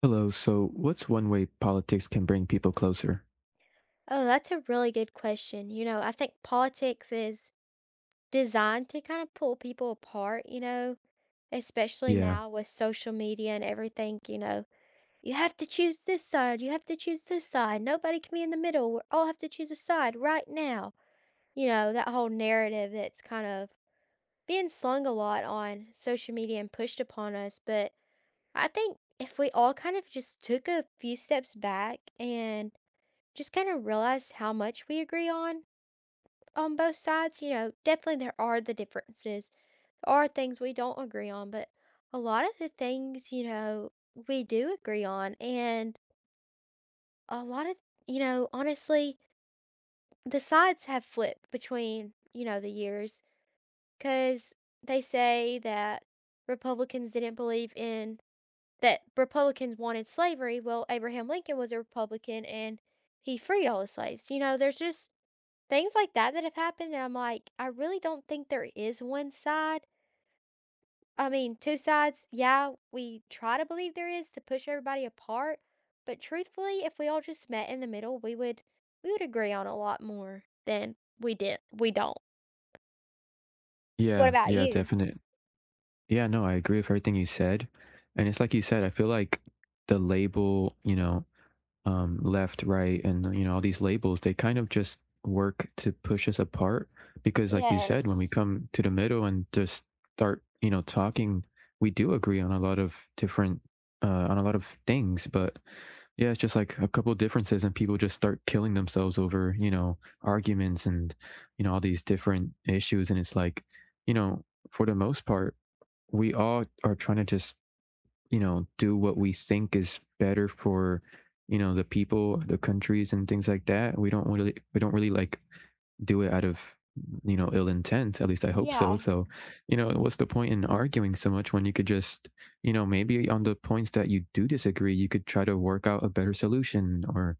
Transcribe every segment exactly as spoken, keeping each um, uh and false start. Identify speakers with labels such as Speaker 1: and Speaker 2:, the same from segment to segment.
Speaker 1: Hello. So, what's one way politics can bring people closer?
Speaker 2: Oh, that's a really good question. You know, I think politics is designed to kind of pull people apart, you know, especially
Speaker 1: Yeah.
Speaker 2: now with social media and everything, you know. You have to choose this side, you have to choose this side. Nobody can be in the middle. We all have to choose a side right now. You know, that whole narrative that's kind of being slung a lot on social media and pushed upon us, but I think if we all kind of just took a few steps back and just kind of realized how much we agree on on both sides, you know, definitely there are the differences. There are things we don't agree on, but a lot of the things, you know, we do agree on. And a lot of, you know, honestly, the sides have flipped between, you know, the years because they say that Republicans didn't believe in that Republicans wanted slavery. Well, Abraham Lincoln was a Republican and he freed all the slaves. You know, there's just Things like that that have happened that I'm like, I really don't think there is one side. I mean, two sides, yeah, we try to believe there is to push everybody apart, but truthfully, if we all just met in the middle, we would we would agree on a lot more than we did. We don't. What
Speaker 1: Yeah.
Speaker 2: about
Speaker 1: Yeah.
Speaker 2: you?
Speaker 1: Definite. Yeah. No, I agree with everything you said. And it's like you said, I feel like the label, you know, um, left, right, and you know all these labels, they kind of just work to push us apart. Because, like you said, when we
Speaker 2: Yes.
Speaker 1: come to the middle and just start, you know, talking, we do agree on a lot of different, uh, on a lot of things. But yeah, it's just like a couple differences, and people just start killing themselves over, you know, arguments and you know all these different issues. And it's like, you know, for the most part, we all are trying to just you know, do what we think is better for, you know, the people, the countries and things like that. We don't really we don't really like do it out of, you know, ill intent. At least I hope so.
Speaker 2: Yeah,
Speaker 1: So, you know, what's the point in arguing so much when you could just, you know, maybe on the points that you do disagree, you could try to work out a better solution or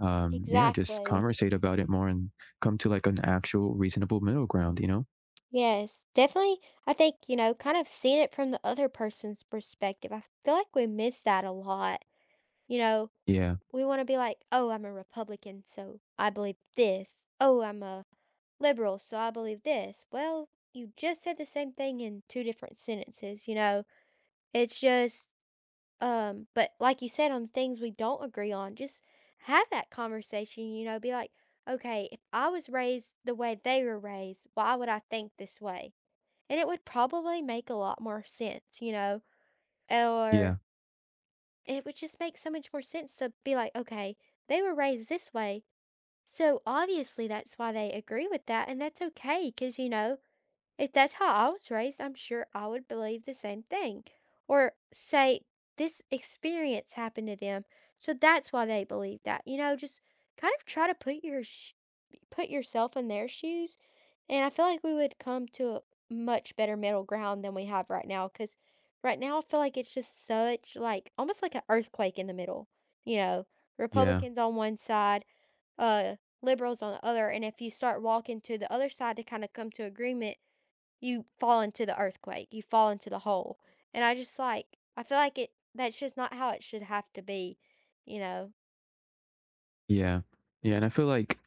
Speaker 1: um yeah, just
Speaker 2: exactly.
Speaker 1: conversate about it more and come to like an actual reasonable middle ground, you know?
Speaker 2: Yes, definitely. I think, you know, kind of seeing it from the other person's perspective. I feel like we miss that a lot. You know,
Speaker 1: Yeah.
Speaker 2: we want to be like, "Oh, I'm a Republican, so I believe this. Oh, I'm a liberal, so I believe this." Well, you just said the same thing in two different sentences, you know? It's just um but like you said on things we don't agree on, just have that conversation, you know, be like, "Okay, if I was raised the way they were raised, why would I think this way?" And it would probably make a lot more sense, you know?
Speaker 1: Yeah.
Speaker 2: Or it would just make so much more sense to be like, "Okay, they were raised this way. So obviously that's why they agree with that, and that's okay because you know, if that's how I was raised, I'm sure I would believe the same thing. Or say this experience happened to them, so that's why they believe that. You know, just kind of try to put your sh- put yourself in their shoes, and I feel like we would come to a much better middle ground than we have right now because right now I feel like it's just such like almost like an earthquake in the middle. You know,
Speaker 1: Yeah.
Speaker 2: Republicans on one side uh, liberals on the other. And if you start walking to the other side to kind of come to agreement, you fall into the earthquake, you fall into the hole. And I just like, I feel like it, that's just not how it should have to be, you know?
Speaker 1: Yeah. Yeah. And I feel like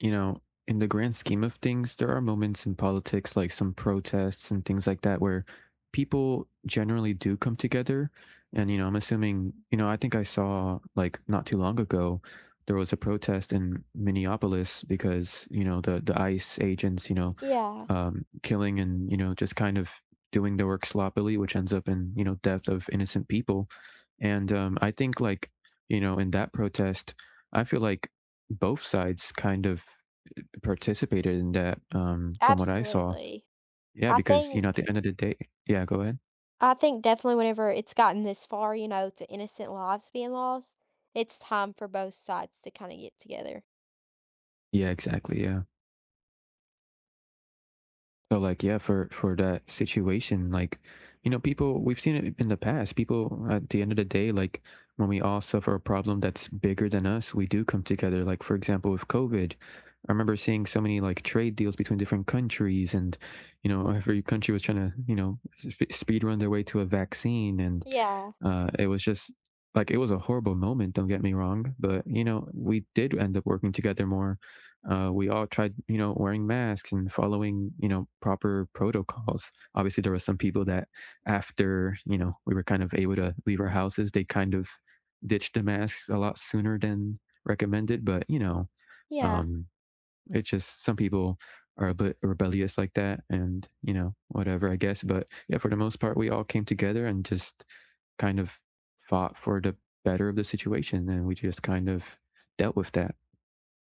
Speaker 1: you know, in the grand scheme of things, there are moments in politics, like some protests and things like that, where people generally do come together. And, you know, I'm assuming, you know, I think I saw like not too long ago, there was a protest in Minneapolis because, you know, the, the ICE agents, you know,
Speaker 2: Yeah,
Speaker 1: um, killing and, you know, just kind of doing their work sloppily, which ends up in, you know, death of innocent people. And um, I think, like, you know, in that protest, I feel like both sides kind of participated in that, um, from what I saw.
Speaker 2: absolutely.
Speaker 1: Yeah. Yeah,
Speaker 2: I
Speaker 1: because, you know, at
Speaker 2: think
Speaker 1: the end of the day. Yeah, go ahead.
Speaker 2: I think definitely whenever it's gotten this far, you know, to innocent lives being lost, it's time for both sides to kind of get together.
Speaker 1: Yeah, exactly, yeah. So like yeah, for for that situation, like you know, people we've seen it in the past. People at the end of the day, like when we all suffer a problem that's bigger than us, we do come together. Like for example, with COVID, I remember seeing so many like trade deals between different countries, and you know, every country was trying to you know sp- speed run their way to a vaccine, and
Speaker 2: Yeah.
Speaker 1: uh, it was just like it was a horrible moment. Don't get me wrong, but you know, we did end up working together more. Uh, we all tried, you know, wearing masks and following, you know, proper protocols. Obviously, there were some people that, after you know, we were kind of able to leave our houses, they kind of ditched the masks a lot sooner than recommended. But you know,
Speaker 2: Yeah.
Speaker 1: um, it's just some people are a bit rebellious like that, and you know, whatever, I guess. But yeah, for the most part, we all came together and just kind of fought for the better of the situation, and we just kind of dealt with that.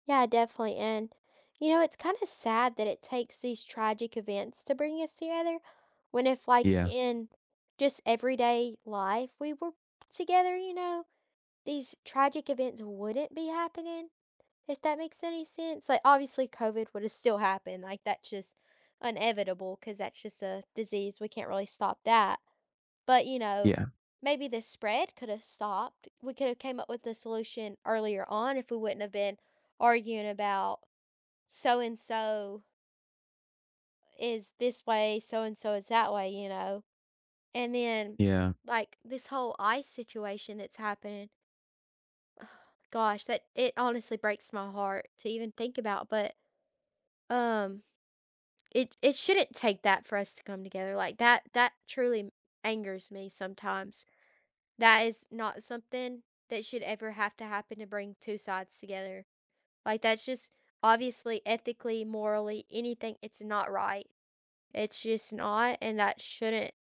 Speaker 2: Yeah, definitely. And, you know, it's kind of sad that it takes these tragic events to bring us together when if, like,
Speaker 1: Yeah,
Speaker 2: in just everyday life, we were together, you know, these tragic events wouldn't be happening, if that makes any sense. Like, obviously, COVID would have still happened. Like, that's just inevitable because that's just a disease. We can't really stop that. But, you know,
Speaker 1: yeah,
Speaker 2: maybe the spread could have stopped. We could have came up with a solution earlier on if we wouldn't have been arguing about so and so is this way, so and so is that way, you know? And then,
Speaker 1: yeah.
Speaker 2: like, this whole ice situation that's happening, gosh, that it honestly breaks my heart to even think about. But, um, it, it shouldn't take that for us to come together. Like, that, that truly angers me sometimes. That is not something that should ever have to happen to bring two sides together. Like, that's just obviously ethically, morally, anything, it's not right. It's just not, and that shouldn't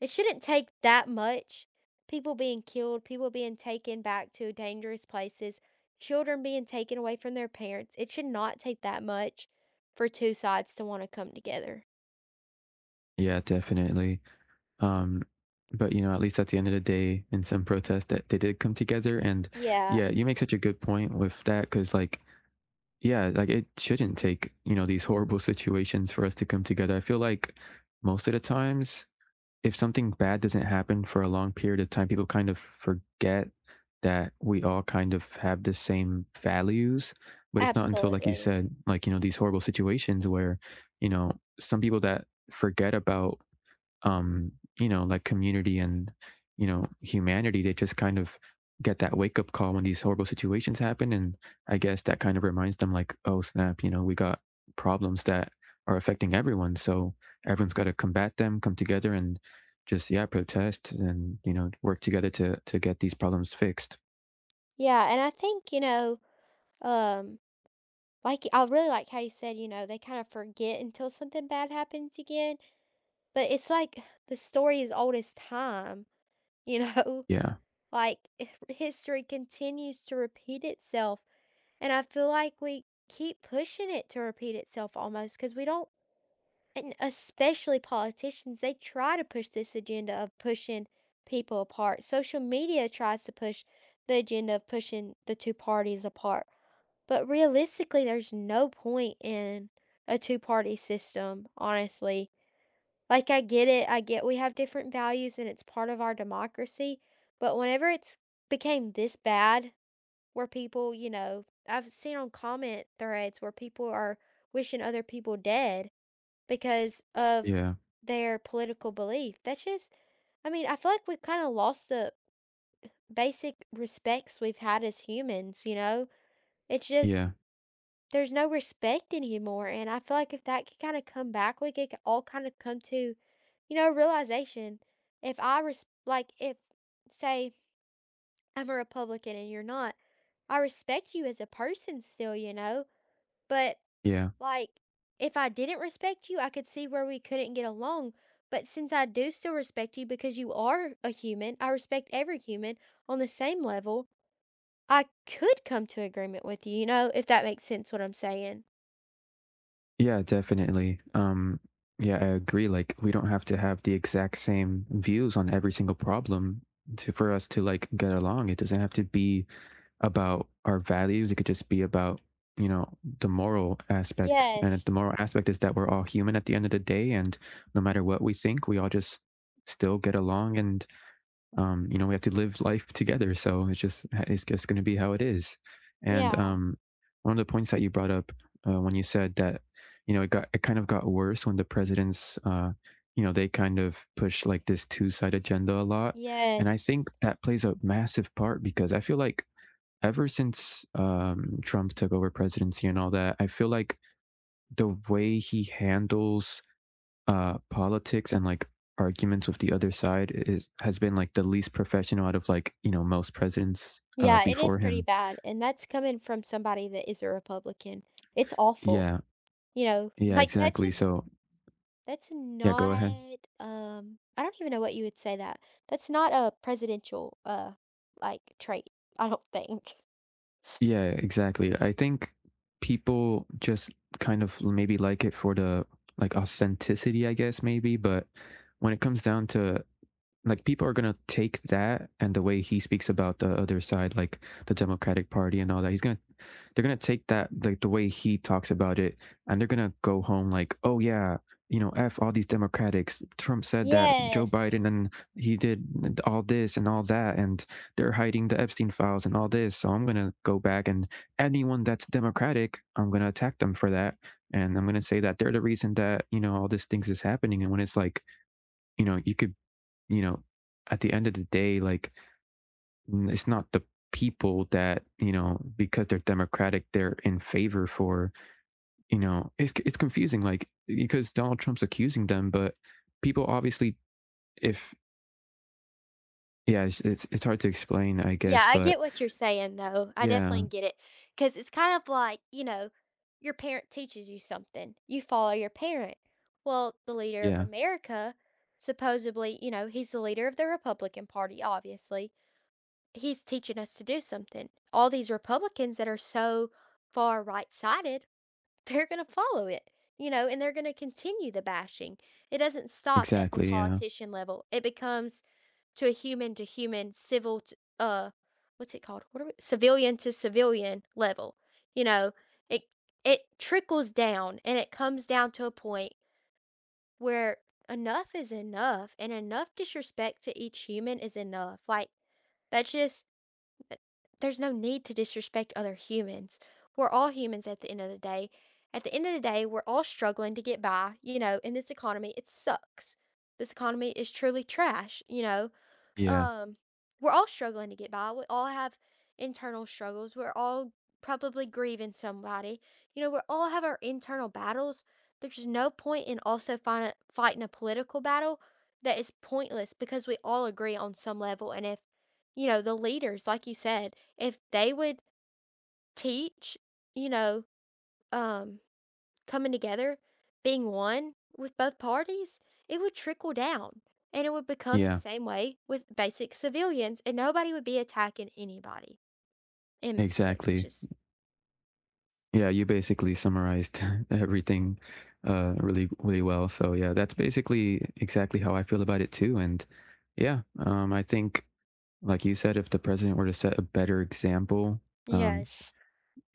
Speaker 2: it shouldn't take that much. People being killed, people being taken back to dangerous places, children being taken away from their parents. It should not take that much for two sides to want to come together.
Speaker 1: Yeah, definitely. Um, but you know, at least at the end of the day, in some protest, that they did come together. And
Speaker 2: Yeah,
Speaker 1: yeah, you make such a good point with that because, like, yeah, like it shouldn't take you know these horrible situations for us to come together. I feel like most of the times, if something bad doesn't happen for a long period of time, people kind of forget that we all kind of have the same values. But it's not until, like you
Speaker 2: absolutely.
Speaker 1: said, like you know, these horrible situations where you know some people that forget about um, you know, like community and, you know, humanity, they just kind of get that wake up call when these horrible situations happen. And I guess that kind of reminds them, like, oh, snap, you know, we got problems that are affecting everyone. So everyone's got to combat them, come together and just, yeah, protest and, you know, work together to, to get these problems fixed.
Speaker 2: Yeah, and I think, you know, um, like I really like how you said, you know, they kind of forget until something bad happens again. But it's like the story is old as time, you know?
Speaker 1: Yeah.
Speaker 2: Like, history continues to repeat itself, and I feel like we keep pushing it to repeat itself almost because we don't and especially politicians, they try to push this agenda of pushing people apart. Social media tries to push the agenda of pushing the two parties apart, but realistically, there's no point in a two-party system, honestly. Like, I get it, I get we have different values and it's part of our democracy, but whenever it's became this bad where people, you know I've seen on comment threads where people are wishing other people dead because of
Speaker 1: Yeah.
Speaker 2: their political belief. That's just I mean, I feel like we've kinda lost the basic respects we've had as humans, you know? It's
Speaker 1: Yeah.
Speaker 2: just there's no respect anymore, and I feel like if that could kinda come back, we could all kinda come to, you know, a realization. If I res like, if, say, I'm a Republican and you're not, I respect you as a person still, you know? But,
Speaker 1: Yeah.
Speaker 2: like, if I didn't respect you, I could see where we couldn't get along, but since I do still respect you because you are a human, I respect every human on the same level, I could come to agreement with you, you know, if that makes sense what I'm saying.
Speaker 1: Yeah, definitely. Um, yeah, I agree. Like, we don't have to have the exact same views on every single problem to for us to like get along. It doesn't have to be about our values. It could just be about, you know, the moral aspect. And the
Speaker 2: Yes.
Speaker 1: moral aspect is that we're all human at the end of the day, and no matter what we think, we all just still get along and um, you know, we have to live life together. So it's just it's just going to be how it is. And
Speaker 2: Yeah.
Speaker 1: um, one of the points that you brought up uh, when you said that, you know, it got it kind of got worse when the presidents, uh, you know, they kind of push like this two side agenda a lot. And I
Speaker 2: Yes.
Speaker 1: think that plays a massive part because I feel like ever since um, Trump took over presidency and all that, I feel like the way he handles uh politics and like arguments with the other side is has been like the least professional out of like you know most presidents uh
Speaker 2: Yeah, it is
Speaker 1: before
Speaker 2: pretty
Speaker 1: him.
Speaker 2: bad, and that's coming from somebody that is a Republican. It's awful.
Speaker 1: Yeah.
Speaker 2: You know,
Speaker 1: Yeah,
Speaker 2: like that's
Speaker 1: exactly.
Speaker 2: just
Speaker 1: So
Speaker 2: that's
Speaker 1: yeah, go ahead.
Speaker 2: not um I don't even know what you would say that. That's not a presidential uh like trait, I don't think.
Speaker 1: Yeah, exactly. I think people just kind of maybe like it for the like authenticity I guess maybe but when it comes down to like people are gonna take that and the way he speaks about the other side, like the Democratic Party and all that, he's gonna they're gonna take that like the way he talks about it and they're gonna go home like, oh yeah, you know, F all these Democrats. Trump said that Joe Biden
Speaker 2: Yes.
Speaker 1: and he did all this and all that and they're hiding the Epstein files and all this. So I'm gonna go back and anyone that's democratic, I'm gonna attack them for that. And I'm gonna say that they're the reason that, you know, all these things is happening. And when it's like, you know, you could you know, at the end of the day, like n- it's not the people that you know because they're democratic they're in favor for you know it's it's confusing like because Donald Trump's accusing them but people obviously if yeah it's it's, it's hard to explain I
Speaker 2: Yeah,
Speaker 1: guess
Speaker 2: I
Speaker 1: but
Speaker 2: get what you're saying, though. I
Speaker 1: yeah.
Speaker 2: definitely get it. Because it's kind of like, you know, your parent teaches you something, you follow your parent. Well, the leader of
Speaker 1: Yeah,
Speaker 2: America, supposedly, you know, he's the leader of the Republican Party, obviously. He's teaching us to do something. All these Republicans that are so far right sided, they're going to follow it, you know, and they're going to continue the bashing. It doesn't stop at the
Speaker 1: exactly. Yeah.
Speaker 2: politician level, it becomes to a human to human civil t uh, what's it called? What are we civilian to civilian level, you know? It it trickles down and it comes down to a point where enough is enough and enough disrespect to each human is enough. Like, that's just there's no need to disrespect other humans. We're all humans at the end of the day. At the end of the day, we're all struggling to get by, you know, in this economy. It sucks. This economy is truly trash, you know?
Speaker 1: Yeah.
Speaker 2: um, we're all struggling to get by. We all have internal struggles. We're all probably grieving somebody. You know, we all have our internal battles. There's no point in also find, fighting a political battle that is pointless because we all agree on some level. And if, you know, the leaders, like you said, if they would teach, you know, um, coming together, being one with both parties, it would trickle down and it would become the
Speaker 1: Yeah,
Speaker 2: same way with basic civilians and nobody would be attacking anybody. And that's
Speaker 1: exactly.
Speaker 2: just,
Speaker 1: Yeah, you basically summarized everything uh, really, really well. So yeah, that's basically exactly how I feel about it too. And yeah, um, I think, like you said, if the president were to set a better example, um,
Speaker 2: yes.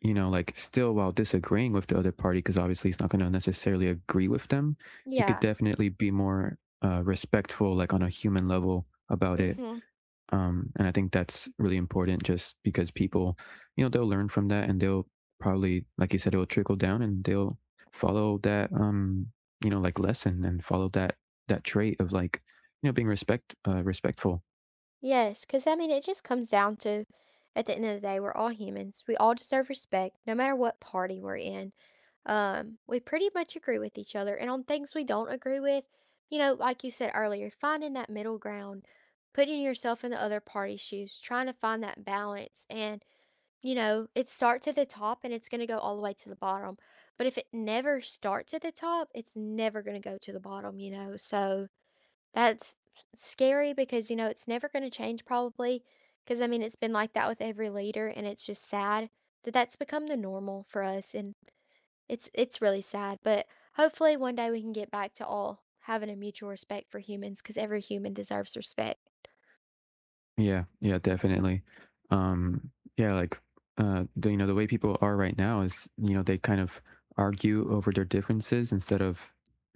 Speaker 1: you know, like still while disagreeing with the other party, because obviously he's not going to necessarily agree with them, he could
Speaker 2: Yeah.
Speaker 1: definitely be more uh, respectful, like on a human level about it.
Speaker 2: Mm-hmm.
Speaker 1: Um, and I think that's really important just because people, you know, they'll learn from that and they'll probably, like you said, it'll trickle down and they'll follow that, um, you know, like lesson and follow that, that trait of like, you know, being respect, uh, respectful.
Speaker 2: Yes. Because, I mean, it just comes down to at the end of the day, we're all humans. We all deserve respect, no matter what party we're in. Um, we pretty much agree with each other. And on things we don't agree with, you know, like you said earlier, finding that middle ground, putting yourself in the other party's shoes, trying to find that balance. And, you know, it starts at the top and it's going to go all the way to the bottom. But if it never starts at the top, it's never going to go to the bottom, you know. So that's scary because, you know, it's never going to change probably. Because, I mean, it's been like that with every leader and it's just sad that that's become the normal for us. And it's it's really sad, but hopefully one day we can get back to all having a mutual respect for humans, because every human deserves respect.
Speaker 1: Yeah, yeah, definitely. Um, yeah, like uh, the, you know, the way people are right now is, you know, they kind of argue over their differences instead of,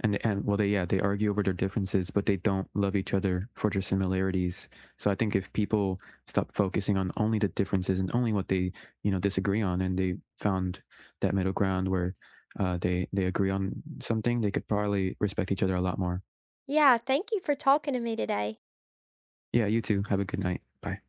Speaker 1: and and well, they yeah, they argue over their differences, but they don't love each other for their similarities. So I think if people stop focusing on only the differences and only what they, you know, disagree on, and they found that middle ground where uh, they they agree on something, they could probably respect each other a lot more.
Speaker 2: Yeah, thank you for talking to me today.
Speaker 1: Yeah, you too. Have a good night. Bye.